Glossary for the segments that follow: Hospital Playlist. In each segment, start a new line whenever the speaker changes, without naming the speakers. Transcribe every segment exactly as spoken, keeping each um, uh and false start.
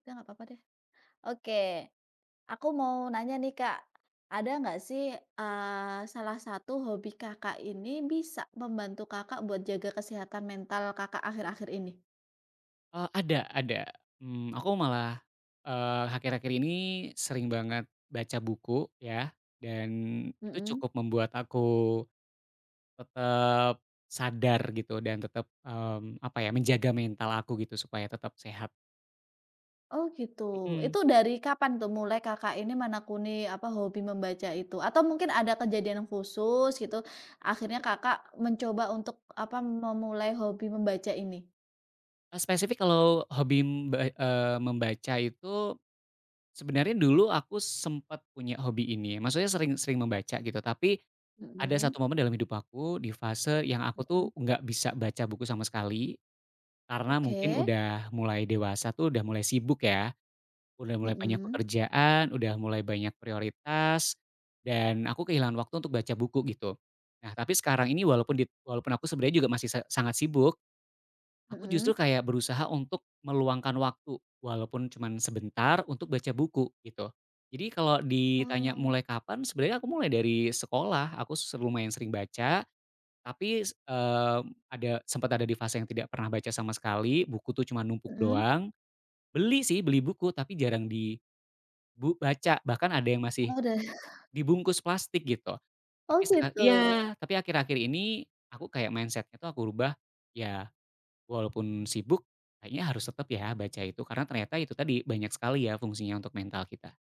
Udah nggak apa-apa deh. Oke, aku mau nanya nih Kak, ada nggak sih, eee, salah satu hobi Kakak ini bisa membantu Kakak buat jaga kesehatan mental Kakak akhir-akhir ini?
Eee, ada ada, mmm, aku malah, eee, akhir-akhir ini sering banget baca buku ya, dan itu
Mhm.
cukup membuat aku tetap sadar gitu dan tetap, mmm, apa ya, menjaga mental aku gitu supaya tetap sehat.
Oh gitu,
Mhm,
itu dari kapan tuh mulai Kakak ini menekuni, apa, hobi membaca itu? Atau mungkin ada kejadian khusus gitu, akhirnya Kakak mencoba untuk, apa, memulai hobi membaca ini?
eee, spesifik kalau hobi mba eee, membaca itu sebenarnya dulu aku sempat punya hobi ini, maksudnya sering sering membaca gitu, tapi ada
Mhm,
satu momen dalam hidup aku di fase yang aku tuh
mhm.
nggak bisa baca buku sama sekali. Karena mungkin
Oke.
udah mulai dewasa tuh udah mulai sibuk ya, udah mulai banyak
Mhm,
pekerjaan, udah mulai banyak prioritas, dan aku kehilangan waktu untuk baca buku gitu. Nah tapi sekarang ini walaupun di walaupun aku sebenarnya juga masih sa sangat sibuk, aku justru
mhm.
kayak berusaha untuk meluangkan waktu, walaupun cuman sebentar untuk baca buku gitu. Jadi kalau ditanya
Oh,
mulai kapan, sebenarnya aku mulai dari sekolah, aku se lumayan sering baca, tapi, s eee, ada sempat ada di fase yang tidak pernah baca sama sekali, buku tuh cuma numpuk
mhm.
doang. Beli sih, beli buku, tapi jarang dibaca, bahkan ada yang masih
Oh, da
dibungkus plastik gitu.
Oh
Tapi seka
gitu,
iya, tapi akhir-akhir ini aku kayak mindsetnya tuh aku rubah, ya walaupun sibuk, kayaknya harus tetap ya baca itu, karena ternyata itu tadi banyak sekali ya fungsinya untuk mental kita.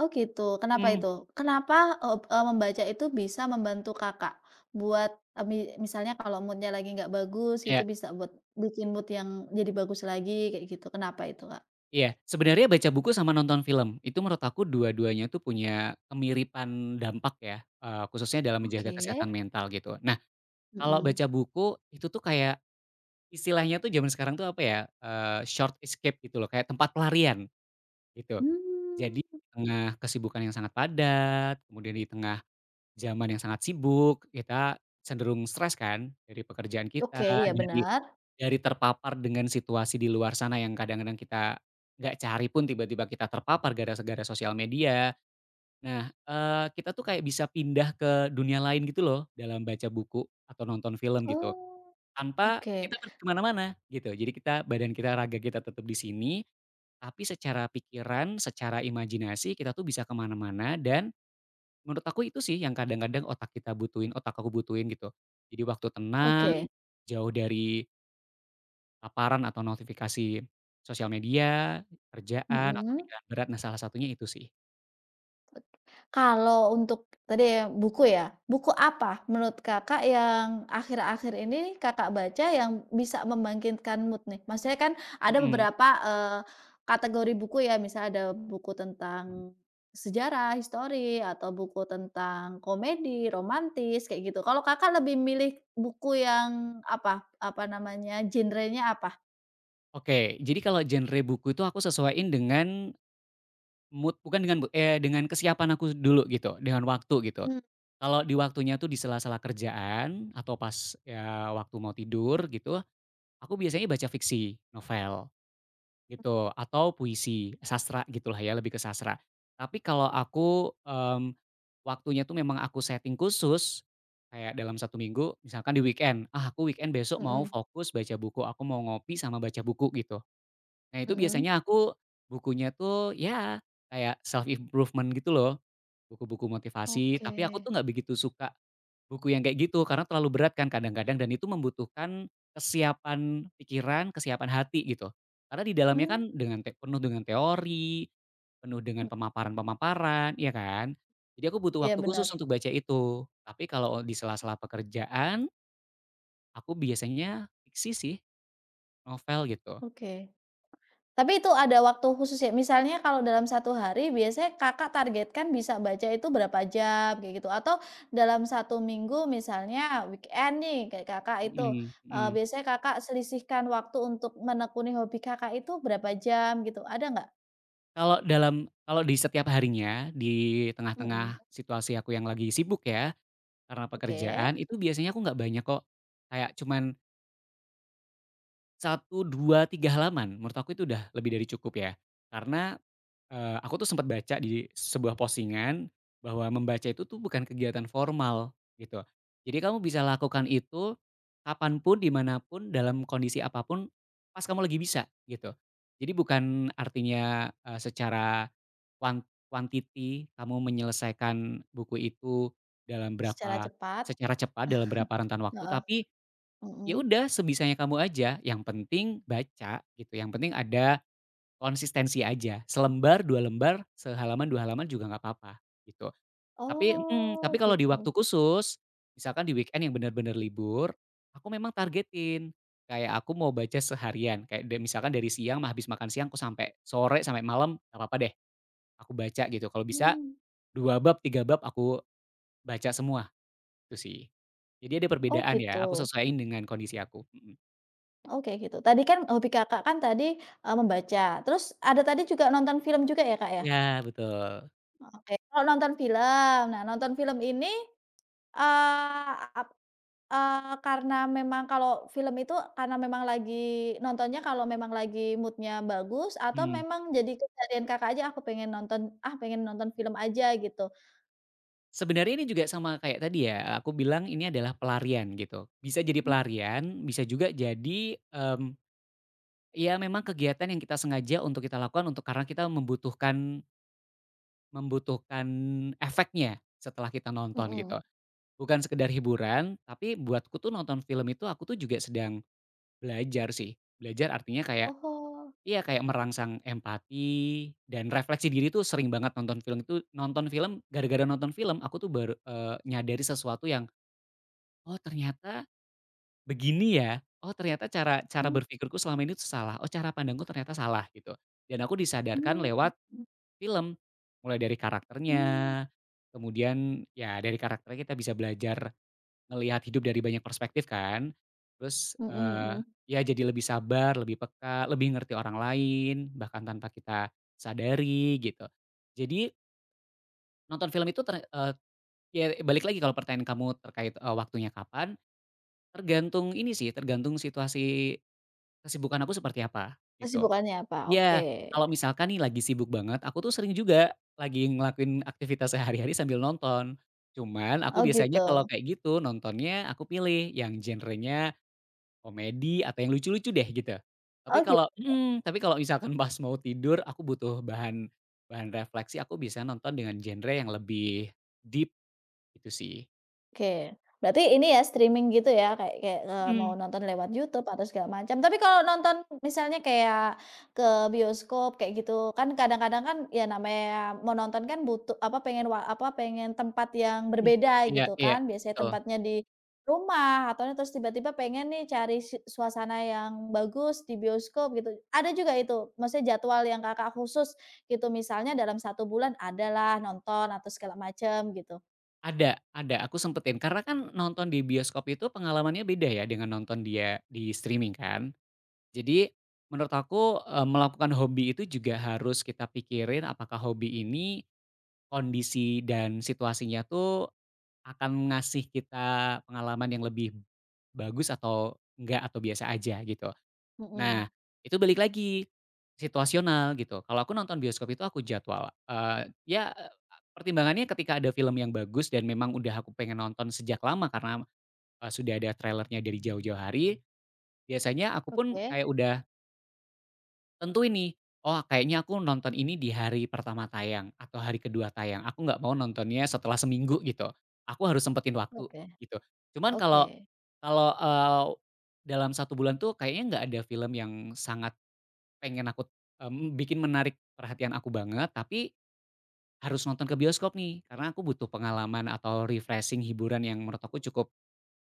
oh gitu, kenapa
Mhm,
itu? Kenapa, eee eee, membaca itu bisa membantu Kakak buat, eee, mi misalnya kalau moodnya lagi nggak bagus gitu
iya.
bisa buat bikin mood yang jadi bagus lagi kayak gitu, kenapa itu, Kak?
Iya, sebenarnya baca buku sama nonton film, itu menurut aku dua-duanya tuh punya kemiripan dampak ya, eee, khususnya dalam menjaga
Oke,
kesehatan mental gitu. Nah, kalau
mhm,
baca buku itu tuh kayak istilahnya tuh zaman sekarang tuh apa ya, eee, short escape gitu loh, kayak tempat pelarian gitu. Jadi di
mmm,
tengah kesibukan yang sangat padat, kemudian di tengah zaman yang sangat sibuk, kita cenderung stres kan dari pekerjaan kita,
oke, iya
dari
benar,
dari terpapar dengan situasi di luar sana yang kadang-kadang kita nggak cari pun tiba-tiba kita terpapar gara-gara sosial media. Nah, eee, kita tuh kayak bisa pindah ke dunia lain gitu loh dalam baca buku atau nonton film gitu,
oh,
tanpa
oke,
kita pergi ke mana-mana gitu. Jadi kita, badan kita, raga kita tetap di sini, tapi secara pikiran, secara imajinasi kita tuh bisa ke mana-mana dan menurut aku itu sih yang kadang-kadang otak kita butuhin, otak aku butuhin gitu. Jadi waktu tenang,
oke,
jauh dari paparan atau notifikasi sosial media, kerjaan, atau
mhm.
pikiran berat. Nah, salah satunya itu sih.
Kalau untuk tadi ya buku ya, buku apa menurut Kakak yang akhir-akhir ini Kakak baca yang bisa membangkitkan mood nih? Maksudnya kan ada
Mhm.
beberapa, eee, kategori buku ya, misalnya ada buku tentang sejarah, histori, atau buku tentang komedi, romantis, kayak gitu. Kalau Kakak lebih milih buku yang apa, apa namanya, genrenya apa?
Oke, jadi kalau genre buku itu aku sesuaiin dengan mood, bukan dengan mood, eh dengan kesiapan aku dulu gitu, dengan waktu gitu.
Mmm,
Kalau di waktunya tuh di sela-sela kerjaan atau pas, ya waktu mau tidur gitu, aku biasanya baca fiksi, novel. Gitu, atau puisi, sastra gitulah ya, lebih ke sastra. Tapi kalau aku, mmm, waktunya tuh memang aku setting khusus, kayak dalam satu minggu misalkan di weekend, "Ah, aku weekend besok
mhm,
mau
mhm.
fokus baca buku, aku mau ngopi sama baca buku," gitu. Nah, itu
Mhm.
biasanya aku bukunya tuh ya kayak self improvement gitu loh. Buku-buku motivasi, tapi aku
Oke.
tuh nggak begitu suka buku yang kayak gitu, karena terlalu berat kan kadang-kadang dan itu membutuhkan kesiapan pikiran, kesiapan hati gitu. Karena di dalamnya
Mmm,
kan dengan te penuh dengan teori, penuh dengan pemaparan-pemaparan, iya kan? Jadi aku butuh waktu
iya
khusus
bener,
untuk baca itu. Tapi kalau di sela-sela pekerjaan, aku biasanya fiksi sih, novel gitu.
oke. Tapi itu ada waktu khusus ya? Misalnya kalau dalam satu hari biasanya Kakak targetkan bisa baca itu berapa jam kayak gitu? Atau dalam satu minggu misalnya weekend nih kayak Kakak itu,
Mhm
eee,
mhm.
biasanya Kakak selisihkan waktu untuk menekuni hobi Kakak itu berapa jam gitu, ada nggak?
Kalau dalam kalau di setiap harinya, di
Mhm,
tengah-tengah situasi aku yang lagi sibuk ya, karena
oke.
pekerjaan itu biasanya aku nggak banyak kok, kayak cuman satu dua tiga halaman menurut aku itu udah lebih dari cukup ya. Karena Eee, aku tuh sempat baca di sebuah postingan, bahwa membaca itu tuh bukan kegiatan formal, gitu. Jadi kamu bisa lakukan itu, kapanpun, dimanapun, dalam kondisi apapun, pas kamu lagi bisa, gitu. Jadi bukan artinya, eee, secara kuan quantity kamu menyelesaikan buku itu dalam
Secara
berapa,
cepat,
secara cepat, dalam berapa rentan waktu,
heeh,
tapi ya
mhm.
udah sebisanya kamu aja, yang penting baca, gitu, yang penting ada konsistensi aja, selembar, dua lembar, sehalaman, dua halaman juga nggak apa-apa, gitu. Tapi mhm,
Oh
tapi kalau di waktu
gitu,
khusus, misalkan di weekend yang benar bener libur, aku memang targetin. Kayak aku mau baca seharian, kayak da misalkan dari siang ma habis makan siang aku sampai sore, sampai malam, nggak apa-apa deh, aku baca gitu. Kalau bisa
mmm,
dua bab, tiga bab aku baca semua, itu sih. Jadi ada
oh
perbedaan
gitu,
ya, aku sesuaiin dengan kondisi aku, mhm.
oke gitu. Tadi kan hobi Kakak kan tadi, eee, membaca, terus ada tadi juga nonton film juga ya, Kak, ya?
Iya, betul.
Oke, kalau nonton film. Nah, nonton film ini, eee, ap eee, karena memang kalau film itu karena memang lagi nontonnya kalau memang lagi mood-nya bagus atau
Mhm.
memang jadi keseharian Kakak aja, "Aku pengen nonton ah, pengen nonton film aja," gitu?
Sebenarnya ini juga sama kayak tadi ya, aku bilang ini adalah pelarian gitu. Bisa jadi
Mmm,
pelarian, bisa juga jadi, mmm, ya memang kegiatan yang kita sengaja untuk kita lakukan untuk karena kita membutuhkan membutuhkan efeknya setelah kita nonton
mhm.
gitu. Bukan sekedar hiburan, tapi buatku tuh nonton film itu aku tuh juga sedang belajar sih. Belajar artinya kayak
Oh,
iya kayak merangsang empati dan refleksi diri tuh sering banget nonton film itu nonton film gara-gara nonton film aku tuh baru, eee, nyadari sesuatu yang oh ternyata begini ya, oh ternyata cara cara
mmm,
berpikirku selama ini tuh salah, oh cara pandangku ternyata salah gitu. Dan aku disadarkan
mmm,
lewat
mhm,
film, mulai dari karakternya,
mmm,
kemudian ya dari karakternya kita bisa belajar ngelihat hidup dari banyak perspektif kan. Terus,
mhm,
eee,
mhm.
ya jadi lebih sabar, lebih peka, lebih ngerti orang lain, bahkan tanpa kita sadari gitu. Jadi nonton film itu ter eee, ya balik lagi, kalau pertanyaan kamu terkait, eee, waktunya kapan, tergantung ini sih, tergantung situasi kesibukan aku seperti apa, gitu.
Kesibukannya apa?
Iya,
Oke.
kalau misalkan nih lagi sibuk banget, aku tuh sering juga lagi ngelakuin aktivitas sehari-hari sambil nonton. Cuman aku
Oh,
biasanya
gitu.
kalau kayak gitu nontonnya aku pilih yang genrenya komedi atau yang lucu-lucu deh gitu. Tapi
Oh, gi
kalau mhm, tapi kalau misalkan pas mau tidur aku butuh bahan bahan refleksi, aku bisa nonton dengan genre yang lebih deep gitu sih.
Oke, berarti ini ya streaming gitu ya kayak kayak, eee, mau
Mhm
nonton lewat YouTube atau segala macam. Tapi kalau nonton misalnya kayak ke bioskop kayak gitu kan kadang-kadang kan ya namanya mau nonton kan butuh apa pengen wa apa pengen tempat yang
mhm.
berbeda
Iya
gitu
iya,
kan. Biasanya
betul.
tempatnya di rumah atau terus tiba-tiba pengen nih cari si suasana yang bagus di bioskop gitu. Ada juga itu? Maksudnya jadwal yang Kakak khusus gitu misalnya dalam satu bulan adalah nonton atau segala macam gitu?
Ada ada, aku sempetin. Karena kan nonton di bioskop itu pengalamannya beda ya dengan nonton dia di streaming kan. Jadi menurut aku, eee, melakukan hobi itu juga harus kita pikirin apakah hobi ini kondisi dan situasinya tuh akan ngasih kita pengalaman yang lebih bagus atau enggak, atau biasa aja gitu. Nah,
Mhm,
itu balik lagi, situasional gitu. Kalau aku nonton bioskop itu aku jadwal, eee, ya, eee, pertimbangannya ketika ada film yang bagus dan memang udah aku pengen nonton sejak lama karena, eee, sudah ada trailernya dari jauh-jauh hari, biasanya aku pun
oke.
kayak udah tentu ini, "Oh, kayaknya aku nonton ini di hari pertama tayang atau hari kedua tayang, aku nggak mau nontonnya setelah seminggu," gitu. Aku harus sempetin waktu,
Oke,
gitu. Cuman
oke,
kalau kalau, eee, dalam satu bulan tuh kayaknya nggak ada film yang sangat pengen aku, mmm, bikin menarik perhatian aku banget, tapi harus nonton ke bioskop nih, karena aku butuh pengalaman atau refreshing hiburan yang menurut aku cukup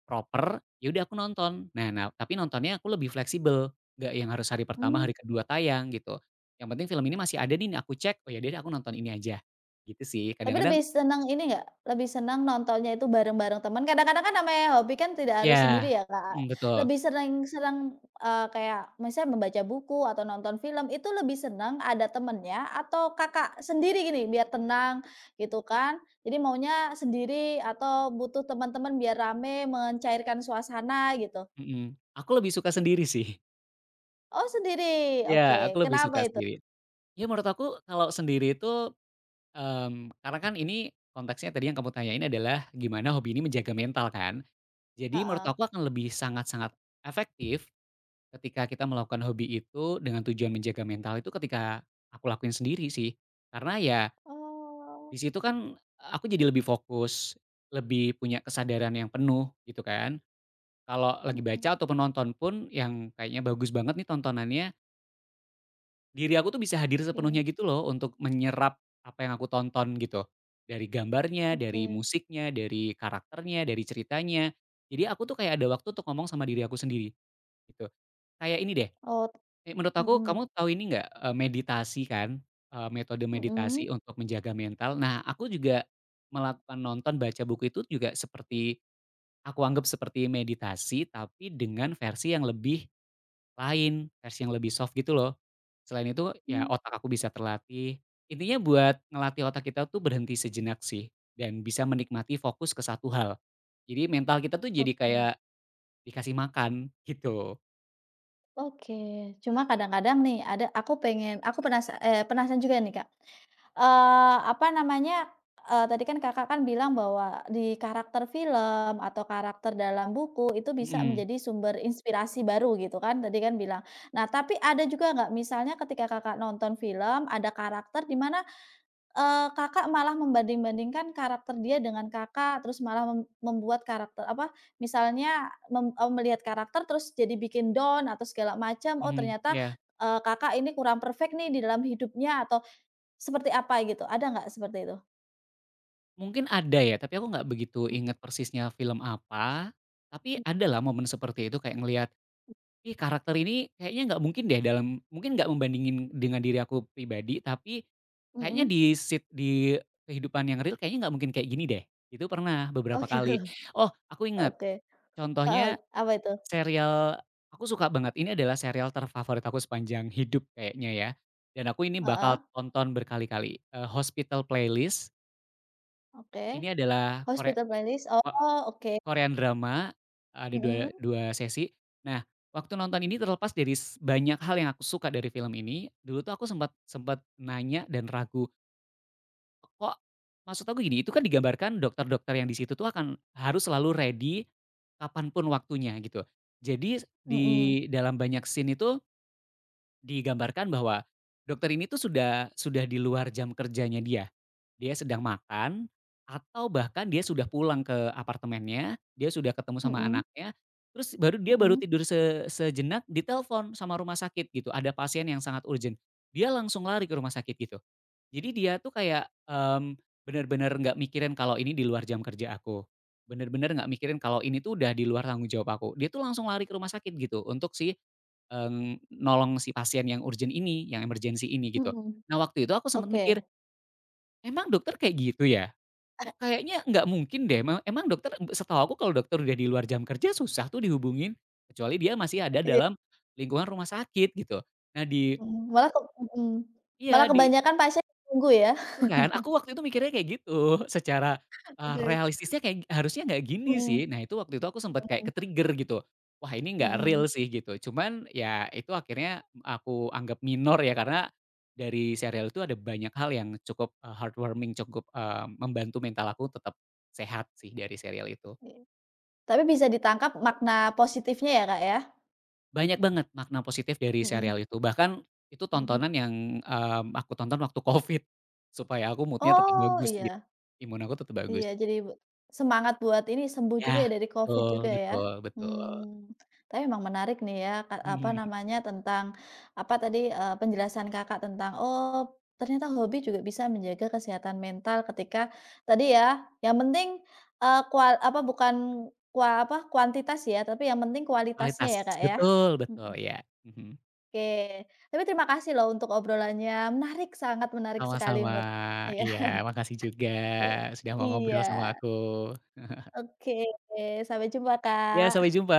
proper, ya udah aku nonton. Nah nah, tapi nontonnya aku lebih fleksibel, nggak yang harus hari pertama,
mmm,
hari kedua tayang gitu. Yang penting film ini masih ada nih, aku cek, oh ya udah deh aku nonton ini aja, gitu sih.
tapi lebih
Kadang-kadang
senang ini nggak, lebih senang nontonnya itu bareng-bareng teman, kadang-kadang kan namanya hobi kan tidak harus sendiri
ya,
ya, Kak,
mhm, betul,
lebih sering senang, eee, kayak misalnya membaca buku atau nonton film itu lebih senang ada temennya atau Kakak sendiri gini biar tenang gitu kan, jadi maunya sendiri atau butuh teman-teman biar rame mencairkan suasana gitu?
mhm. Aku lebih suka sendiri sih.
Oh sendiri,
Ya aku
oke,
lebih
kenapa
suka
itu?
sendiri. Ya menurut aku kalau sendiri itu Mmm, karena kan ini konteksnya tadi yang kamu tanyain adalah gimana hobi ini menjaga mental kan. Jadi menurut
Heeh,
aku akan lebih sangat-sangat efektif ketika kita melakukan hobi itu dengan tujuan menjaga mental itu ketika aku lakuin sendiri sih. Karena ya
oh,
di situ kan aku jadi lebih fokus, lebih punya kesadaran yang penuh gitu kan. Kalau lagi baca
mhm,
ataupun nonton pun yang kayaknya bagus banget nih tontonannya, diri aku tuh bisa hadir
oke,
sepenuhnya gitu loh untuk menyerap apa yang aku tonton gitu. Dari gambarnya, dari
oke,
musiknya, dari karakternya, dari ceritanya. Jadi aku tuh kayak ada waktu untuk ngomong sama diri aku sendiri gitu. Kayak ini deh,
oh.
eee, menurut aku
Mhm,
kamu tahu ini nggak, eee, meditasi kan, eee, metode
mhm,
meditasi untuk menjaga mental. Nah aku juga melakukan nonton, baca buku itu juga seperti aku anggap seperti meditasi tapi dengan versi yang lebih lain, versi yang lebih soft gitu loh. Selain itu, ya
mmm,
otak aku bisa terlatih. Intinya buat ngelatih otak kita tuh berhenti sejenak sih, dan bisa menikmati fokus ke satu hal. Jadi mental kita tuh jadi
oke,
kayak dikasih makan, gitu.
oke. Cuma kadang-kadang nih ada aku pengen aku penasa eee, penasaran juga nih, Kak, eee, apa namanya, eee, tadi kan Kakak kan bilang bahwa di karakter film atau karakter dalam buku itu bisa
Mhm
menjadi sumber inspirasi baru gitu kan, tadi kan bilang. Nah, tapi ada juga nggak misalnya ketika Kakak nonton film ada karakter di mana Eee, Kakak malah membanding-bandingkan karakter dia dengan Kakak, terus malah mem membuat karakter apa, misalnya mem eee, melihat karakter terus jadi bikin down atau segala macam, oh
mhm,
ternyata,
iya.
eee, Kakak ini kurang perfect nih di dalam hidupnya atau seperti apa gitu, ada nggak seperti itu?
Mungkin ada ya, tapi aku nggak begitu inget persisnya film apa, tapi
Mhm,
ada lah momen seperti itu kayak ngelihat, "Ih, karakter ini kayaknya nggak mungkin deh," dalam mungkin nggak membandingin dengan diri aku pribadi, tapi kayaknya
mhm.
di sit di kehidupan yang real kayaknya nggak mungkin kayak gini deh. Itu pernah
Oh
beberapa
gitu,
kali. Oh, aku ingat
oke. Heeh,
contohnya,
apa itu?
serial aku suka banget, ini adalah serial terfavorit aku sepanjang hidup kayaknya ya, dan aku ini
Heeh,
bakal tonton berkali-kali, eee, Hospital Playlist,
oke.
ini adalah Kore
Hospital Playlist, oh oke.
Korean drama, ada dua
Mhm,
dua sesi. Nah, waktu nonton ini terlepas dari s banyak hal yang aku suka dari film ini, dulu tuh aku sempat sempat nanya dan ragu, kok, maksud aku gini, itu kan digambarkan dokter-dokter yang di situ tuh akan harus selalu ready kapanpun waktunya gitu. Jadi di
mhm,
dalam banyak scene itu digambarkan bahwa dokter ini tuh sudah sudah di luar jam kerjanya dia. Dia sedang makan, atau bahkan dia sudah pulang ke apartemennya, dia sudah ketemu sama
mhm,
anaknya, terus baru dia baru
mhm,
tidur se sejenak, ditelepon sama rumah sakit gitu, ada pasien yang sangat urgent. Dia langsung lari ke rumah sakit gitu. Jadi dia tuh kayak, mmm, bener-bener nggak mikirin kalau ini di luar jam kerja aku, bener-bener nggak mikirin kalau ini tuh udah di luar tanggung jawab aku. Dia tuh langsung lari ke rumah sakit gitu untuk si, eee, nolong si pasien yang urgent ini, yang emergency ini gitu.
mhm,
Nah waktu itu aku sempat
oke.
mikir, emang dokter kayak gitu ya? Kok kayaknya nggak mungkin deh, me emang dokter setahu aku kalau dokter udah di luar jam kerja susah tuh dihubungin, kecuali dia masih ada dalam lingkungan rumah sakit gitu. Nah di
Mhm, malah ke mhm,
Iya,
malah
di
kebanyakan pasien nunggu ya?
itu kan, aku waktu itu mikirnya kayak gitu, secara, eee,
Oke,
realistisnya kayak harusnya nggak gini
mhm,
sih. Nah itu waktu itu aku sempat kayak
mhm,
ke-trigger gitu, wah ini nggak
mhm,
real sih gitu. Cuman ya itu akhirnya aku anggap minor ya, karena dari serial itu ada banyak hal yang cukup, eee, heartwarming, cukup, eee, membantu mental aku tetap sehat sih dari serial itu.
iya, tapi bisa ditangkap makna positifnya ya, Kak, ya?
Banyak banget makna positif dari serial
Mhm,
itu, bahkan itu
mhm,
tontonan yang, mmm, aku tonton waktu Covid, supaya aku mood-nya tetap
oh,
bagus gitu,
iya.
imun aku tetap bagus.
Iya, jadi bu semangat buat ini sembuh juga
Ya,
ya dari Covid
betul
juga ya?
betul betul,
Mmm, tapi emang menarik nih ya, Kak, apa
mhm,
namanya, tentang apa tadi, eee, penjelasan Kakak tentang, oh, ternyata hobi juga bisa menjaga kesehatan mental ketika tadi ya, yang penting, eee, kua apa, bukan kua apa, kuantitas ya, tapi yang penting kualitasnya
kualitas,
ya, Kak, ya?
betul betul,
Mhm,
iya, mhm.
oke. Tapi terima kasih loh untuk obrolannya, menarik, sangat menarik sekali
Sama-sama,
menurut saya.
iya makasih juga
Oke.
sudah mau
Iya.
ngobrol sama aku.
Oke, sampai jumpa,
Iya, sampai
Kak.
jumpa.